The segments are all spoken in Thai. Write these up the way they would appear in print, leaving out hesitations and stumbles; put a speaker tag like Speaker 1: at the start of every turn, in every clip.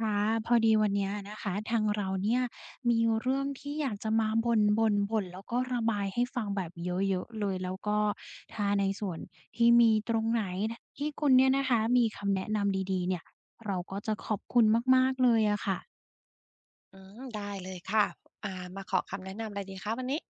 Speaker 1: ค่ะพอดีวันเนี้ยนะคะทางเราเนี่ยมีเรื่องที่อยากจะมาบ่นบนบ่นแล้วก็ระบายให้ฟังแบบเยอะๆเลยแล้วก็ถ้าในส่วนที่มีตรงไหนที่คุณเนี่ยนะคะมีคำแนะนำดีๆเนี่ยเราก็จะขอบคุณมากๆเลยอะค่ะ
Speaker 2: อืมได้เลยค่ะอ่ามาขอคำแนะนำอะไรดีคะวันนี้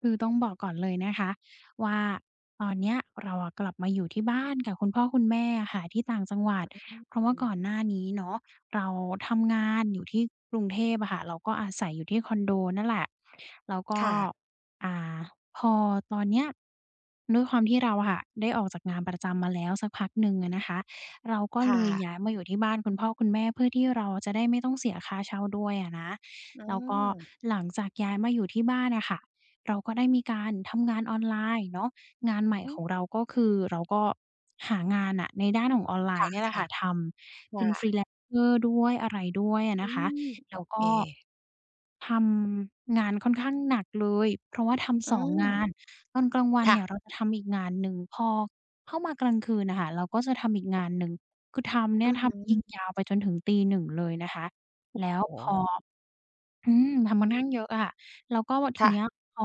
Speaker 1: คือต้องบอกก่อนเลยนะคะว่าตอนเนี้ยเราอะกลับมาอยู่ที่บ้านกับคุณพ่อคุณแม่อะค่ะที่ต่างจังหวัดเพราะว่า
Speaker 2: อืม
Speaker 1: ก่อนหน้านี้เนาะเราทำงานอยู่ที่กรุงเทพอะค่ะเราก็อาศัยอยู่ที่คอนโดนั่นแหละแล้วก็
Speaker 2: ค่ะ
Speaker 1: อ่าพอตอนเนี้ยด้วยความที่เราอะค่ะได้ออกจากงานประจำมาแล้วสักพักหนึ่งอะนะคะเราก็เล
Speaker 2: ค่ะ
Speaker 1: ยย้ายมาอยู่ที่บ้านคุณพ่อคุณแม่เพื่อที่เราจะได้ไม่ต้องเสียค่าเช่าด้วยอะนะ
Speaker 2: อื
Speaker 1: แล้วก็
Speaker 2: ม
Speaker 1: หลังจากย้ายมาอยู่ที่บ้านอะค่ะ เราก็ได้มีการทำงานออนไลน์เนาะงานใหม่
Speaker 2: อื
Speaker 1: ข
Speaker 2: อ
Speaker 1: องเราก็คือเราก็หางานน่ะในด้านของออนไลน์เนี่ยแหละ
Speaker 2: ค่ะ
Speaker 1: ค่ะทำเป็น
Speaker 2: ค่ะ
Speaker 1: freelancer ด้วยอะไรด้วยอะ
Speaker 2: อื
Speaker 1: นะคะ
Speaker 2: ม
Speaker 1: แล้
Speaker 2: โอ
Speaker 1: ว
Speaker 2: เค
Speaker 1: ก็ทำงานค่อนข้างหนักเลยเพราะว่าทำ
Speaker 2: อื
Speaker 1: 2งงาน
Speaker 2: ม
Speaker 1: ตอนกลางวันเนี่ยเรา
Speaker 2: ค่ะ
Speaker 1: จะทำอีกงานหนึ่งพอเข้ามากลางคืนน่ะค่ะเราก็จะทำอีกงานหนึ่งคือทำเนี่
Speaker 2: อื
Speaker 1: ย
Speaker 2: อฮึ
Speaker 1: ทำยิงยาวไปจนถึงตีหนึ่งเลยนะคะแล้ว
Speaker 2: โอ้
Speaker 1: พ
Speaker 2: โฮ
Speaker 1: อ อืมทำค่อนข้างเยอะอะแล้วก็ทีเนี้ย
Speaker 2: ค่ะ
Speaker 1: พอ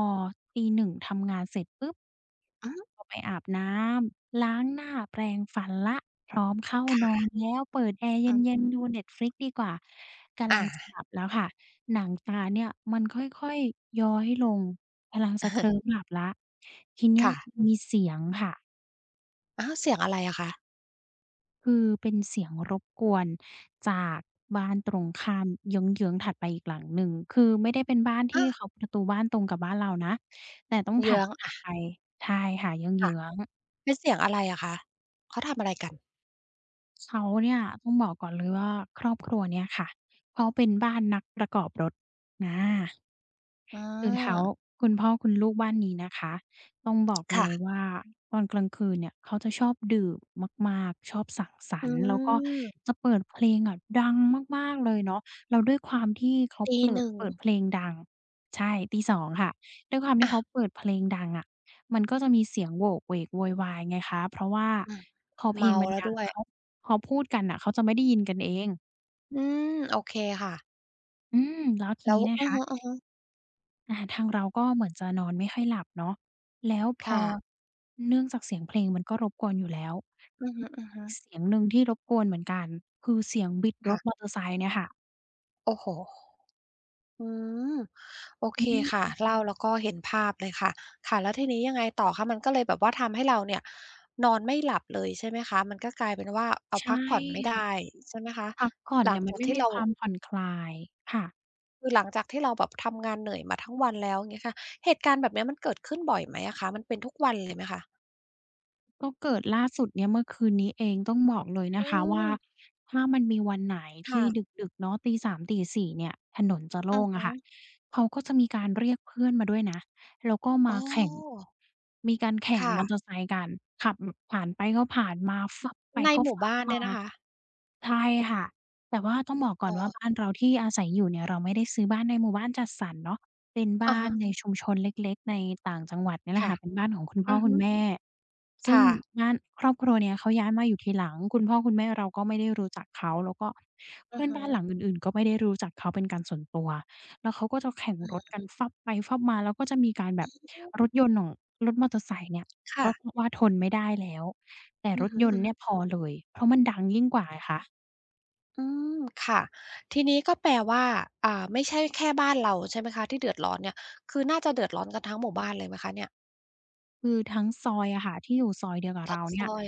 Speaker 1: ตีหนึ่งทำงานเสร็จปุ๊บ
Speaker 2: อือ
Speaker 1: ก็ไปอาบน้ำล้างหน้าแปรงฟันแล้วพร้อมเข้า
Speaker 2: ค่
Speaker 1: นอน
Speaker 2: ะ
Speaker 1: แล้วเปิดแอร์เ
Speaker 2: อื
Speaker 1: ย็น
Speaker 2: ม
Speaker 1: ๆดู Netflix ดีกว่า กำลั
Speaker 2: อา
Speaker 1: งจะหลับแล้วค่ะ หนังตาเนี่ยมันค่อยๆย้อยลงกำลังจะเคลิ้มห ลับแล้วทีเนี้ย
Speaker 2: ค่ะ
Speaker 1: มีเสียงค่ะ
Speaker 2: อ้าวเสียงอะไรอะคะ
Speaker 1: คือเป็นเสียงรบกวนจากบ้านตรงข้ามเยื้องๆถัดไปอีกหลังหนึ่งคือไม่ได้เป็นบ้านที่
Speaker 2: อ้า
Speaker 1: เขา
Speaker 2: ว
Speaker 1: ประตูบ้านตรงกับบ้านเรานะแต่ต้อง
Speaker 2: เยื้
Speaker 1: ถัด
Speaker 2: อง
Speaker 1: ถั
Speaker 2: อะ
Speaker 1: ดไป
Speaker 2: ค่ะ เป็นเสียงอะไรอะคะเขาทำอะไรกัน
Speaker 1: เขาเนี่ยต้องบอกก่อนเลยว่าครอบครัวเนี้ยค่ะเขาเป็นบ้านนักประกอบรถอา
Speaker 2: อื
Speaker 1: คือเขา
Speaker 2: ม
Speaker 1: คุณพ่อคุณลูกบ้านนี้นะคะต้องบอกเลย
Speaker 2: ค่ะ
Speaker 1: ว่าตอนกลางคืนเนี่ยเขาจะชอบดื่มมากๆชอบสังสร
Speaker 2: อื
Speaker 1: รค์แล้วก็
Speaker 2: ม
Speaker 1: จะเปิดเพลงอะดังมากๆเลยเนาะแล้วด้วยความที่เขาเปิด
Speaker 2: 1:00
Speaker 1: เปิดเพลงดังใช่ตีสองค่ะด้วยความที่
Speaker 2: อะ
Speaker 1: เขาเปิดเพลงดังอะมันก็จะมีเสียงโหวกเหวกโวยวายไงคะเพราะว่า
Speaker 2: อืม
Speaker 1: พอเพลง
Speaker 2: เมา
Speaker 1: มัน
Speaker 2: แล้ว
Speaker 1: ดั
Speaker 2: ด้
Speaker 1: ง
Speaker 2: วย
Speaker 1: เขาพอพูดกันน่ะเขาจะไม่ได้ยินกันเอง
Speaker 2: อืมโอเคค่ะ
Speaker 1: อืมแล้วที
Speaker 2: แล้ว
Speaker 1: นี้นะ
Speaker 2: อือ
Speaker 1: คะ
Speaker 2: ฮึๆ
Speaker 1: ทางเราก็เหมือนจะนอนไม่ค่อยหลับเนาะแล้วพอ
Speaker 2: ค่ะ
Speaker 1: เนื่องจากเสียงเพลงมันก็รบกวนอยู่แล้ว
Speaker 2: อือ
Speaker 1: อี
Speaker 2: ฮึ
Speaker 1: ก
Speaker 2: ๆ
Speaker 1: เสียงหนึ่งที่รบกวนเหมือนกันคือเสียงบิดรถมอ
Speaker 2: ค่ะ
Speaker 1: เตอร์ไซค์เนี่ยค่ะ
Speaker 2: โอ้โฮอืมโอ
Speaker 1: อื
Speaker 2: เคค่ะ
Speaker 1: ม
Speaker 2: เล่าแล้วก็เห็นภาพเลยค่ะค่ะ แล้วทีนี้ยังไงต่อคะมันก็เลยแบบว่าทำให้เราเนี่ยนอนไม่หลับเลยใช่ไหมคะมันก็กลายเป็นว่าเอา
Speaker 1: ใช่
Speaker 2: พักผ่อนไม่ได้
Speaker 1: ค่ะ
Speaker 2: ใช่ไหมคะ
Speaker 1: พักผ่อน
Speaker 2: หลัง
Speaker 1: เนี่ยมัน
Speaker 2: จาก
Speaker 1: ไม่
Speaker 2: ที่
Speaker 1: มี
Speaker 2: เรา
Speaker 1: ความผ่อนคลายค่ะ
Speaker 2: คือหลังจากที่เราแบบทำงานเหนื่อยมาทั้งวันแล้วอย่างเงี้ยค่ะเหตุการณ์แบบเนี้ยมันเกิดขึ้นบ่อยไหมอะคะมันเป็นทุกวันเลยไหมคะ
Speaker 1: ก็เกิดล่าสุดเนี่ยเมื่อคืนนี้เองต้องบอกเลยนะ
Speaker 2: อื
Speaker 1: คะว่า
Speaker 2: ม
Speaker 1: ถ้ามันมีวันไหน
Speaker 2: ค่ะ
Speaker 1: ที่ดึกๆเนาะ3ตี4ี่เนี่ยถนนจะ
Speaker 2: อื
Speaker 1: โล่
Speaker 2: อ
Speaker 1: งอะ
Speaker 2: ฮึ
Speaker 1: ค่ะเขาก็จะมีการเรียกเพื่อนมาด้วยนะแล้วก็
Speaker 2: อ๋
Speaker 1: มา
Speaker 2: อ
Speaker 1: แข่งมีการแข่ง
Speaker 2: ค่ะ
Speaker 1: มอเตอร์ไซค์กันขับผ่านไปก็ผ่านมาฟับไป
Speaker 2: ใน
Speaker 1: ก็
Speaker 2: หมู่
Speaker 1: ฟับ
Speaker 2: บ้าน
Speaker 1: มา
Speaker 2: เนี่ยนะคะ
Speaker 1: ใช่ค่ะแต่ว่าต้องบอกก่อ
Speaker 2: อ๋
Speaker 1: นว่าบ้าน
Speaker 2: อ
Speaker 1: เราที่อาศัยอยู่เนี่ยเราไม่ได้ซื้อบ้านในหมู่บ้านจัดสรรเนาะเป็น
Speaker 2: อะ
Speaker 1: บ้าน
Speaker 2: ฮะ
Speaker 1: ในชุมชนเล็กๆในต่างจังหวัดเนี่ยแหละ
Speaker 2: ค่ะ
Speaker 1: ค่ะเป็นบ้านของคุณพ่อ
Speaker 2: อือ
Speaker 1: คุ
Speaker 2: ฮึ
Speaker 1: ณแม่ซึ่ง
Speaker 2: ค่ะ
Speaker 1: บ้านครอบครัวเนี่ยเขาย้ายมาอยู่ทีหลังคุณพ่อคุณแม่เราก็ไม่ได้รู้จักเขาแล้วก็
Speaker 2: อ
Speaker 1: เพื่
Speaker 2: อ
Speaker 1: อน
Speaker 2: ฮะ
Speaker 1: บ้านหลังอื่นๆก็ไม่ได้รู้จักเขาเป็นการส่วนตัวแล้วเขาก็จะแข่งรถกันฟับไปฟับมาแล้วก็จะมีการแบบรถยนต์ของรถมอเตอร์ไซค์เนี่ยก็
Speaker 2: ค่ะ
Speaker 1: เพราะว่าทนไม่ได้แล้วแต่
Speaker 2: อื
Speaker 1: ร
Speaker 2: อ
Speaker 1: ถ
Speaker 2: ฮึ
Speaker 1: ยน
Speaker 2: อื
Speaker 1: ต์เนี่ยพ
Speaker 2: อ
Speaker 1: อเลยเพราะมันดังยิ่งกว่าไงคะ
Speaker 2: อืมค่ะทีนี้ก็แปลว่าไม่ใช่แค่บ้านเราใช่ไหมคะที่เดือดร้อนเนี่ยคือน่าจะเดือดร้อนกันทั้งหมู่บ้านเลยไหมคะเนี่ย
Speaker 1: คือทั้งซอยอะค่ะที่อยู่ซอยเดียวกับ
Speaker 2: ทั้
Speaker 1: เรา
Speaker 2: งซ
Speaker 1: เนี่ย
Speaker 2: อย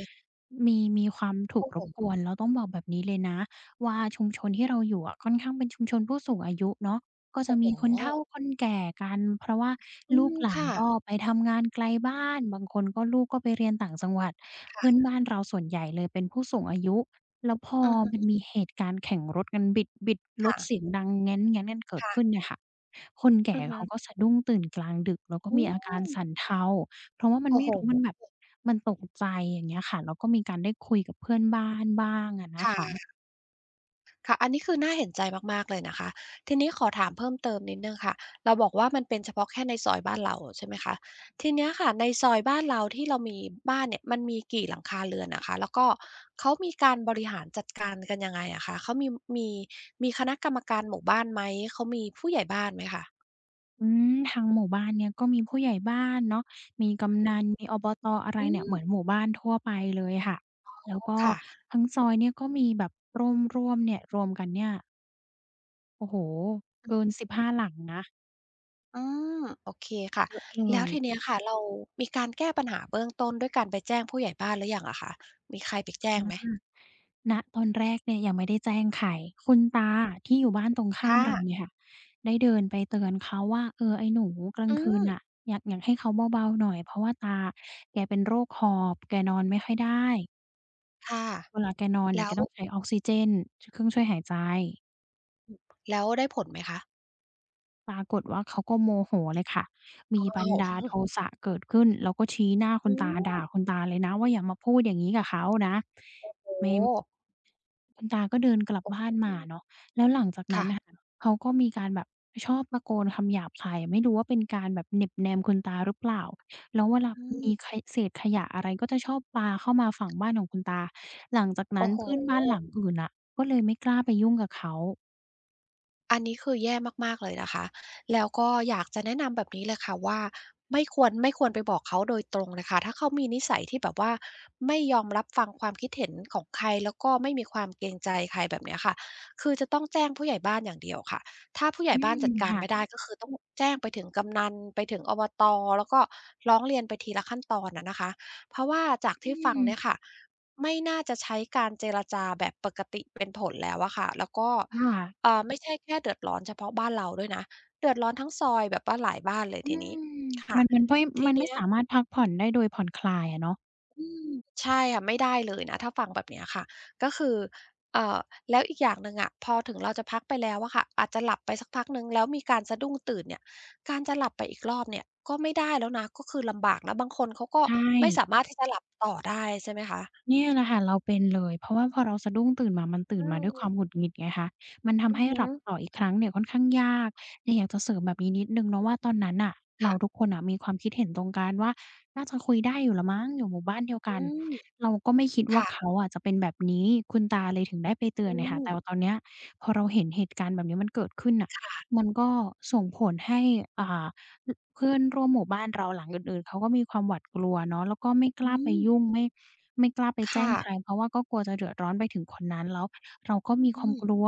Speaker 1: มีความถูก
Speaker 2: โอ้
Speaker 1: ร
Speaker 2: โฮ
Speaker 1: บกวนแล้วต้องบอกแบบนี้เลยนะว่าชุมชนที่เราอยู่อะค่อนข้างเป็นชุมชนผู้สูงอายุเนาะก็จะ
Speaker 2: โอ้โฮ
Speaker 1: มีคนเฒ่าคนแก่กันเพราะว่า
Speaker 2: อื
Speaker 1: ลูก
Speaker 2: ม
Speaker 1: หลาน
Speaker 2: ค่ะ
Speaker 1: ก็ไปทำงานไกลบ้านบางคนก็ลูกก็ไปเรียนต่างจังหวัด
Speaker 2: ค่
Speaker 1: เพื่อน
Speaker 2: ะ
Speaker 1: บ้านเราส่วนใหญ่เลยเป็นผู้สูงอายุแล้วพอ
Speaker 2: อือ
Speaker 1: มัน
Speaker 2: ฮึ
Speaker 1: มีเหตุการณ์แข่งรถกันบิดร
Speaker 2: ค่ะ
Speaker 1: ถเสียงดังแง้นๆกันเกิดขึ้น
Speaker 2: ค่ะ
Speaker 1: เนี่ยค่ะคนแก่
Speaker 2: อือฮึ
Speaker 1: เขาก็สะดุ้งตื่นกลางดึกแล้วก็
Speaker 2: อื
Speaker 1: มีอาการสั่น
Speaker 2: ม
Speaker 1: เทา เพราะว่ามัน
Speaker 2: โอ้
Speaker 1: ไม่
Speaker 2: โฮ
Speaker 1: รู้มันแบบมันตกใจอย่างเงี้ยค่ะแล้วก็มีการได้คุยกับเพื่อนบ้านบ้างอะนะคะ
Speaker 2: ค่ะ ค่ะอันนี้คือน่าเห็นใจมากๆเลยนะคะทีนี้ขอถามเพิ่มเติมนิดหนึ่งค่ะเราบอกว่ามันเป็นเฉพาะแค่ในซอยบ้านเราใช่ไหมคะทีเนี้ยค่ะในซอยบ้านเราที่เรามีบ้านเนี่ยมันมีกี่หลังคาเรือนอะคะแล้วก็เขามีการบริหารจัดการกันยังไงอะคะเขามีมีมีคณะกรรมการหมู่บ้านไหมเขามีผู้ใหญ่บ้านไหมคะ
Speaker 1: ทางหมู่บ้านเนี่ยก็มีผู้ใหญ่บ้านเนาะมีกำนันมีอบตอะไร
Speaker 2: อื
Speaker 1: เนี่ยเห
Speaker 2: ม
Speaker 1: มือนหมู่บ้านทั่วไปเลยค่ะแล้วก็
Speaker 2: ค่ะ
Speaker 1: ทั้งซอยเนี่ยก็มีแบบร่วมๆเนี่ยรวมกันเนี่ยโอ้โฮเกิน15หาหลังนะ
Speaker 2: อืมโอเคค่ะ
Speaker 1: เยอะเล
Speaker 2: แล้ว
Speaker 1: ย
Speaker 2: ทีเนี้ยค่ะเรามีการแก้ปัญหาเบื้องต้นด้วยการไปแจ้งผู้ใหญ่บ้านหรือยังอะคะมีใครไปแจ้งไหม
Speaker 1: ณตอนแรกเนี่ยยังไม่ได้แจ้งใครคุณตาที่อยู่บ้านตรงข้าม
Speaker 2: ค่ะ
Speaker 1: เราเนี่ยค่ะได้เดินไปเตือนเขาว่าเออไอ้หนูกลา
Speaker 2: อื
Speaker 1: งคืน
Speaker 2: ม
Speaker 1: น่ะอยากให้เขาเบาๆหน่อยเพราะว่าตาแกเป็นโรคหอบแกนอนไม่ค่อยได้
Speaker 2: ค่ะ
Speaker 1: เวลาแกนอนเนี่ย
Speaker 2: แล้
Speaker 1: แก
Speaker 2: ว
Speaker 1: ต้องใช้ออกซิเจนชเครื่องช่วยหายใจ
Speaker 2: ได้ผลไหมคะ
Speaker 1: ปรากฏว่าเขาก็โมโหเลยค่ะมีบั
Speaker 2: อ้า
Speaker 1: น
Speaker 2: ว
Speaker 1: ดาลโทสะเกิดขึ้นแล้วก็ชี้หน้าคุ
Speaker 2: อื
Speaker 1: ณตาด่า
Speaker 2: ม
Speaker 1: คุณตาเลยนะว่าอย่ามาพูดอย่างงี้กับเขานะ
Speaker 2: โอ้
Speaker 1: ไม่
Speaker 2: โฮ
Speaker 1: คุณตาก็เดินกลับบ้านมาเนาะแล้วหลังจากนั้น
Speaker 2: ค่ะ
Speaker 1: น่ะค่ะเขาก็มีการแบบชอบตะโกนคำหยาบคายไม่รู้ว่าเป็นการแบบเหน็บแนมคุณตาหรือเปล่าแล้วเวลา
Speaker 2: อื
Speaker 1: มีข
Speaker 2: ม
Speaker 1: เศษขยะอะไรก็จะชอบปาเข้ามาฝั่งบ้านของคุณตาหลังจากนั้
Speaker 2: โอ้
Speaker 1: น
Speaker 2: โฮ
Speaker 1: เพื่อนบ้านหลังอื่นน่ะก็เลยไม่กล้าไปยุ่งกับเขา
Speaker 2: อันนี้คือแย่มากๆเลยนะคะแล้วก็อยากจะแนะนำแบบนี้เลยค่ะว่าไม่ควรไปบอกเขาโดยตรงนะคะ ถ้าเขามีนิสัยที่แบบว่าไม่ยอมรับฟังความคิดเห็นของใครแล้วก็ไม่มีความเกรงใจใครแบบเนี้ยค่ะ คือจะต้องแจ้งผู้ใหญ่บ้านอย่างเดียวค่ะ ถ้าผู้ใหญ่
Speaker 1: อื
Speaker 2: บ้านจั
Speaker 1: ม
Speaker 2: ดการ
Speaker 1: ค่ะ
Speaker 2: ไม่ได้ก็คือต้องแจ้งไปถึงกำนันไปถึงอบตแล้วก็ร้องเรียนไปทีละขั้นตอนอะนะคะเพราะว่าจาก
Speaker 1: อื
Speaker 2: ที่ฟังเนี่ยค่ะ
Speaker 1: ม
Speaker 2: ไม่น่าจะใช้การเจรจาแบบปกติเป็นผลแล้วอะค่ะแล้วก็
Speaker 1: ค่ะ
Speaker 2: ไม่ใช่แค่เดือดร้อนเฉพาะบ้านเราด้วยนะเดือดร้อนทั้งซอยแบบว่าหลายบ้านเลย
Speaker 1: อื
Speaker 2: ทีนี้
Speaker 1: ม
Speaker 2: ค่ะ
Speaker 1: มันไม่
Speaker 2: ที
Speaker 1: มันไม่
Speaker 2: เนี้ย
Speaker 1: สามารถพักผ่อนได้โดยผ่อนคลายอะเนาะ
Speaker 2: อืมใช่ค่ะไม่ได้เลยนะถ้าฟังแบบเนี้ยค่ะก็คือเอ่อแล้วอีกอย่างหนึ่งอะพอถึงเราจะพักไปแล้วอะค่ะอาจจะหลับไปสักพักหนึ่งแล้วมีการสะดุ้งตื่นเนี่ยการจะหลับไปอีกรอบเนี่ยก็ไม่ได้แล้วนะก็คือลำบากแล้วบางคนเขาก็
Speaker 1: ใช่
Speaker 2: ไม่สามารถที่จะหลับต่อได้ใช่ไหมคะ
Speaker 1: เนี่ยแหละค่ะเราเป็นเลยเพราะว่าพอเราสะดุ้งตื่นมามันตื่น
Speaker 2: อื
Speaker 1: มาด้วยความหงุ
Speaker 2: ม
Speaker 1: ดหงิดไงคะมันทำ
Speaker 2: อือ
Speaker 1: ให้ห
Speaker 2: ฮึ
Speaker 1: ลับต่ออีกครั้งเนี่ยค่อนข้างยากเลยอยากจะเสริมแบบนี้นิดหนึ่งเนาะว่าตอนนั้นน่ะเรา
Speaker 2: ค่ะ
Speaker 1: ทุกคนน่ะมีความคิดเห็นตรงกันว่าน่าจะคุยได้อยู่แล้วมั้งอยู่หมู่บ้านเดียว
Speaker 2: อื
Speaker 1: กัน
Speaker 2: ม
Speaker 1: เราก็ไม่คิดว่า
Speaker 2: ค่ะ
Speaker 1: เขาอะจะเป็นแบบนี้คุณตาเลยถึงได้ไปเตือน
Speaker 2: อื
Speaker 1: เนี่ยค่ะ
Speaker 2: ม
Speaker 1: แต่ว่าตอนเนี้ยพอเราเห็นเหตุการณ์แบบนี้มันเกิดขึ้นน่ะมันก็ส่งผลให้อ่า เพื่อนร่วมหมู่บ้านเราหลังอื่นๆเขาก็มีความหวาดกลัวเนาะแล้วก็ไม่ก
Speaker 2: อื
Speaker 1: ล้าไป
Speaker 2: ม
Speaker 1: ยุ่งไม่กล้าไปแจ้ง
Speaker 2: ค่ะ
Speaker 1: ใครเพราะว่าก็กลัวจะเดือดร้อนไปถึงคนนั้นแล้วเราก็มีค
Speaker 2: อื
Speaker 1: วาม
Speaker 2: ม
Speaker 1: กลัว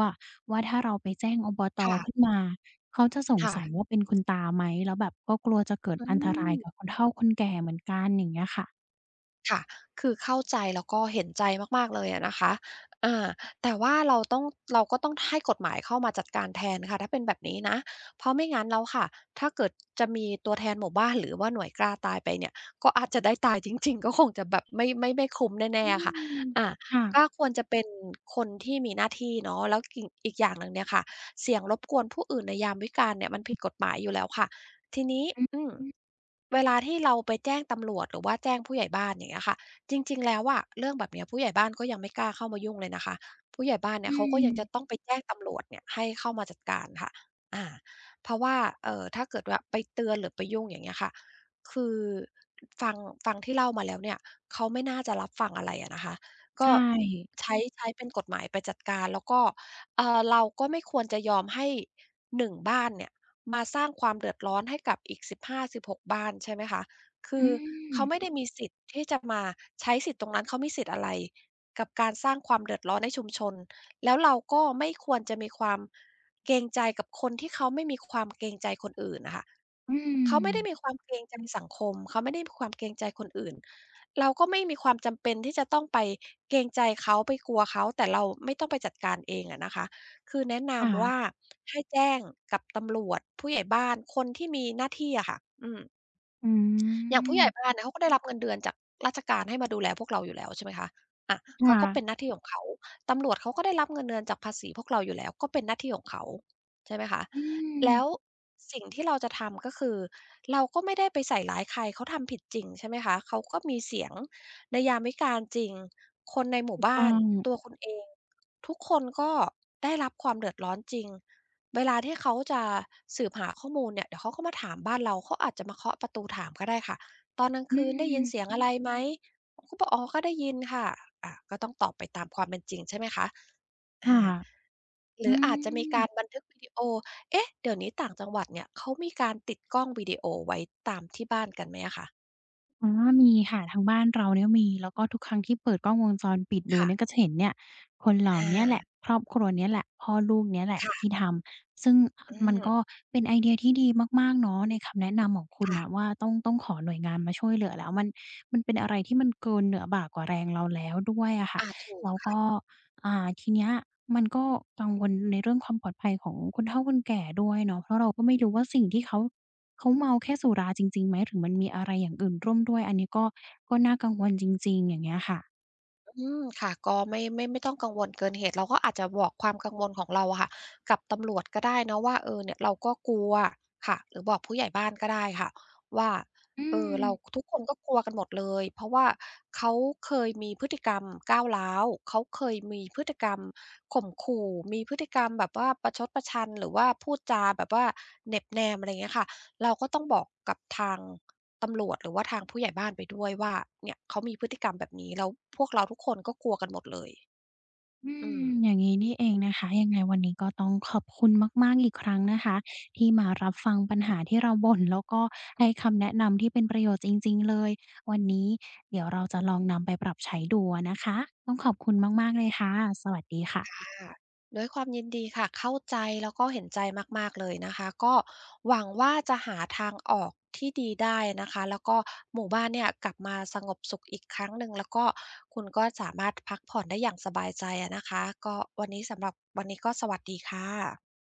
Speaker 1: ว่าถ้าเราไปแจ้งอบตขึ้น
Speaker 2: ค่ะ
Speaker 1: มาเขาจะสง
Speaker 2: ค่ะ
Speaker 1: สัยว่าเป็นคุณตาไหมแล้วแบบก็กลัวจะเกิด
Speaker 2: อื
Speaker 1: อันตราย
Speaker 2: ม
Speaker 1: กับคนเฒ่าคนแก่เหมือนกันอย่างเงี้ยค่ะ
Speaker 2: ค่ะ คือเข้าใจแล้วก็เห็นใจมากๆเลยอะนะคะอ่าแต่ว่าเราต้องเราก็ต้องให้กฎหมายเข้ามาจัดการแทนค่ะถ้าเป็นแบบนี้นะเพราะไม่งั้นแล้วค่ะถ้าเกิดจะมีตัวแทนหมู่บ้านหรือว่าหน่วยกล้าตายไปเนี่ยก็อาจจะได้ตายจริงๆ ก็คงจะแบบไม่คุ้ม
Speaker 1: อื
Speaker 2: แน่ๆค่ะ
Speaker 1: ม
Speaker 2: อ่า
Speaker 1: ค่ะ
Speaker 2: ก็ควรจะเป็นคนที่มีหน้าที่เนาะแล้วอีกอย่างหนึ่งเนี่ยค่ะเสียงรบกวนผู้อื่นในยามวิกาลเนี่ยมันผิดกฎหมายอยู่แล้วค่ะ ทีนี้
Speaker 1: อือ
Speaker 2: อืม
Speaker 1: อือ
Speaker 2: เวลาที่เราไปแจ้งตำรวจหรือว่าแจ้งผู้ใหญ่บ้านอย่างเงี้ยค่ะจริงๆแล้วอะเรื่องแบบเนี้ยผู้ใหญ่บ้านก็ยังไม่กล้าเข้ามายุ่งเลยนะคะผู้ใหญ่บ้านเนี่ย
Speaker 1: อื
Speaker 2: เขาก็
Speaker 1: ม
Speaker 2: ยังจะต้องไปแจ้งตำรวจเนี่ยให้เข้ามาจัดการค่ะอาเพราะว่าถ้าเกิดว่าไปเตือนหรือไปยุ่งอย่างเงี้ยค่ะคือฟังที่เล่ามาแล้วเนี่ยเขาไม่น่าจะรับฟังอะไรอะนะคะก็
Speaker 1: ใช่
Speaker 2: ใช้เป็นกฎหมายไปจัดการแล้วก็เราก็ไม่ควรจะยอมให้หนึ่งบ้านเนี่ย มาสร้างความเดือดร้อนให้กับอีก15-16บห้าสิบหกบ้านใช่ไหมคะคื
Speaker 1: อื
Speaker 2: อ
Speaker 1: ม
Speaker 2: เขาไม่ได้มีสิทธิ์ที่จะมาใช้สิทธิ์ตรงนั้นเขามีสิทธิ์อะไรกับการสร้างความเดือดร้อนให้ชุมชน แล้วเราก็ไม่ควรจะมีความเกรงใจกับคนที่เขาไม่มีความเกรงใจคนอื่นน่ะค่ะ
Speaker 1: อืม
Speaker 2: เขาไม่ได้มีความเกรงใจสังคมเขาไม่ได้มีความเกรงใจคนอื่นเราก็ไม่มีความจำเป็นที่จะต้องไปเกรงใจเขาไปกลัวเขาแต่เราไม่ต้องไปจัดการเองอะนะคะ คือแนะนำว่า
Speaker 1: ค่ะ
Speaker 2: ให้แจ้งกับตำรวจผู้ใหญ่บ้านคนที่มีหน้าที่อะค่ะอืม
Speaker 1: อื
Speaker 2: อย่างผู้
Speaker 1: ม
Speaker 2: ใหญ่บ้านเนี่ยเขาก็ได้รับเงินเดือนจากราชการให้มาดูแลพวกเราอยู่แล้วใช่ไหมคะอะ
Speaker 1: ค
Speaker 2: เขาก็เป็นห
Speaker 1: ่ะ
Speaker 2: น้าที่ของเขาตำรวจเขาก็ได้รับเงินเดือนจากภาษีพวกเราอยู่แล้วก็เป็นหน้าที่ของเขาใช่ไหมคะ
Speaker 1: อื
Speaker 2: แล้ว
Speaker 1: ม
Speaker 2: สิ่งที่เราจะทำก็คือเราก็ไม่ได้ไปใส่ร้ายใครเขาทำผิดจริงใช่ไหมคะเขาก็มีเสียงในยามวิกาลจริงคนในหมู่
Speaker 1: ถูก
Speaker 2: บ้า
Speaker 1: ต้อ
Speaker 2: น
Speaker 1: ง
Speaker 2: ตัวคุณเองทุกคนก็ได้รับความเดือดร้อนจริงเวลาที่เขาจะสืบหาข้อมูลเนี่ยเดี๋ยวเขาก็มาถามบ้านเราเขาอาจจะมาเคาะประตูถามก็ได้ค่ะ ตอนกลาง
Speaker 1: อื
Speaker 2: คืนได้
Speaker 1: ม
Speaker 2: ยินเสียงอะไรไหมคเขาก็บอกอ๋อก็ได้ยินค่ะอะก็ต้องตอบไปตามความเป็นจริงใช่ไหมคะอ
Speaker 1: ค่ะ
Speaker 2: าห
Speaker 1: อื
Speaker 2: รืออาจจะมี
Speaker 1: ม
Speaker 2: การบันทึกวิดีโอเอ๊ะเดี๋ยวนี้ต่างจังหวัดเนี่ยเขามีการติดกล้องวิดีโอไว้ตามที่บ้านกันไหมอะคะ
Speaker 1: อ๋อมีค่ะ ทางบ้านเราเนี่ยมีแล้วก็ทุกครั้งที่เปิดกล้องวงจรปิดดูเนี่ยก็
Speaker 2: ค่ะ
Speaker 1: จะเห็นเนี่ยคนเหล่าเนี้ยแหละ
Speaker 2: อา
Speaker 1: ครอบครัวเนี้ยแหละพ่อลูกเนี้ยแหละที่
Speaker 2: ค่ะ
Speaker 1: ทำ ซึ่ง
Speaker 2: อื
Speaker 1: มันก็
Speaker 2: ม
Speaker 1: เป็นไอเดียที่ดีมากๆเนาะในคำแนะนำของคุณน่ะ
Speaker 2: ค่ะ
Speaker 1: ว่าต้องขอหน่วยงานมาช่วยเหลือแล้วมันเป็นอะไรที่มันเกินเหนือบ่ากว่าแรงเราแล้วด้วยอะค่ะ
Speaker 2: อาถูก
Speaker 1: แล้วก็
Speaker 2: ค่ะ
Speaker 1: อ่าทีเนี้ยมันก็กังวลในเรื่องความปลอดภัยของคนเฒ่าคนแก่ด้วยเนาะเพราะเราก็ไม่รู้ว่าสิ่งที่เขา เขาเมาแค่สุราจริงๆไหมหรือมันมีอะไรอย่างอื่นร่วมด้วยอันนี้ก็น่ากังวลจริงๆอย่างเงี้ยค่ะ
Speaker 2: อืมค่ะก็ไม่ต้องกังวลเกินเหตุเราก็อาจจะบอกความกังวลของเราอะค่ะกับตำรวจก็ได้เนาะว่าเออเนี่ยเราก็กลัวค่ะหรือบอกผู้ใหญ่บ้านก็ได้ค่ะว่า
Speaker 1: อื
Speaker 2: เออ
Speaker 1: ม
Speaker 2: เราทุกคนก็กลัวกันหมดเลยเพราะว่าเขาเคยมีพฤติกรรมก้าวร้าวเขาเคยมีพฤติกรรมข่มขู่มีพฤติกรรมแบบว่าประชดประชันหรือว่าพูดจาแบบว่าเหน็บแนมอะไรอย่างเงี้ยค่ะเราก็ต้องบอกกับทาง ตำรวจหรือว่าทางผู้ใหญ่บ้านไปด้วยว่าเนี่ยเขามีพฤติกรรมแบบนี้แล้วพวกเราทุกคนก็กลัวกันหมดเลย
Speaker 1: อื
Speaker 2: อืม
Speaker 1: มอย่างงี้นี่เองนะคะยังไงวันนี้ก็ต้องขอบคุณมากๆอีกครั้งนะคะที่มารับฟังปัญหาที่เราบ่นแล้วก็ให้คำแนะนำที่เป็นประโยชน์จริงๆเลยวันนี้เดี๋ยวเราจะลองนำไปปรับใช้ดูอะนะคะต้องขอบคุณมากๆเลยค่ะสวัสดีค่ะ
Speaker 2: ค่ะด้วยความยินดีค่ะเข้าใจแล้วก็เห็นใจมากๆเลยนะคะก็หวังว่าจะหาทางออกที่ดีได้นะคะแล้วก็หมู่บ้านเนี่ยกลับมาสงบสุขอีกครั้งหนึ่งแล้วก็คุณก็สามารถพักผ่อนได้อย่างสบายใจอะนะคะก็วันนี้สำหรับวันนี้ก็สวัสดีค่ะ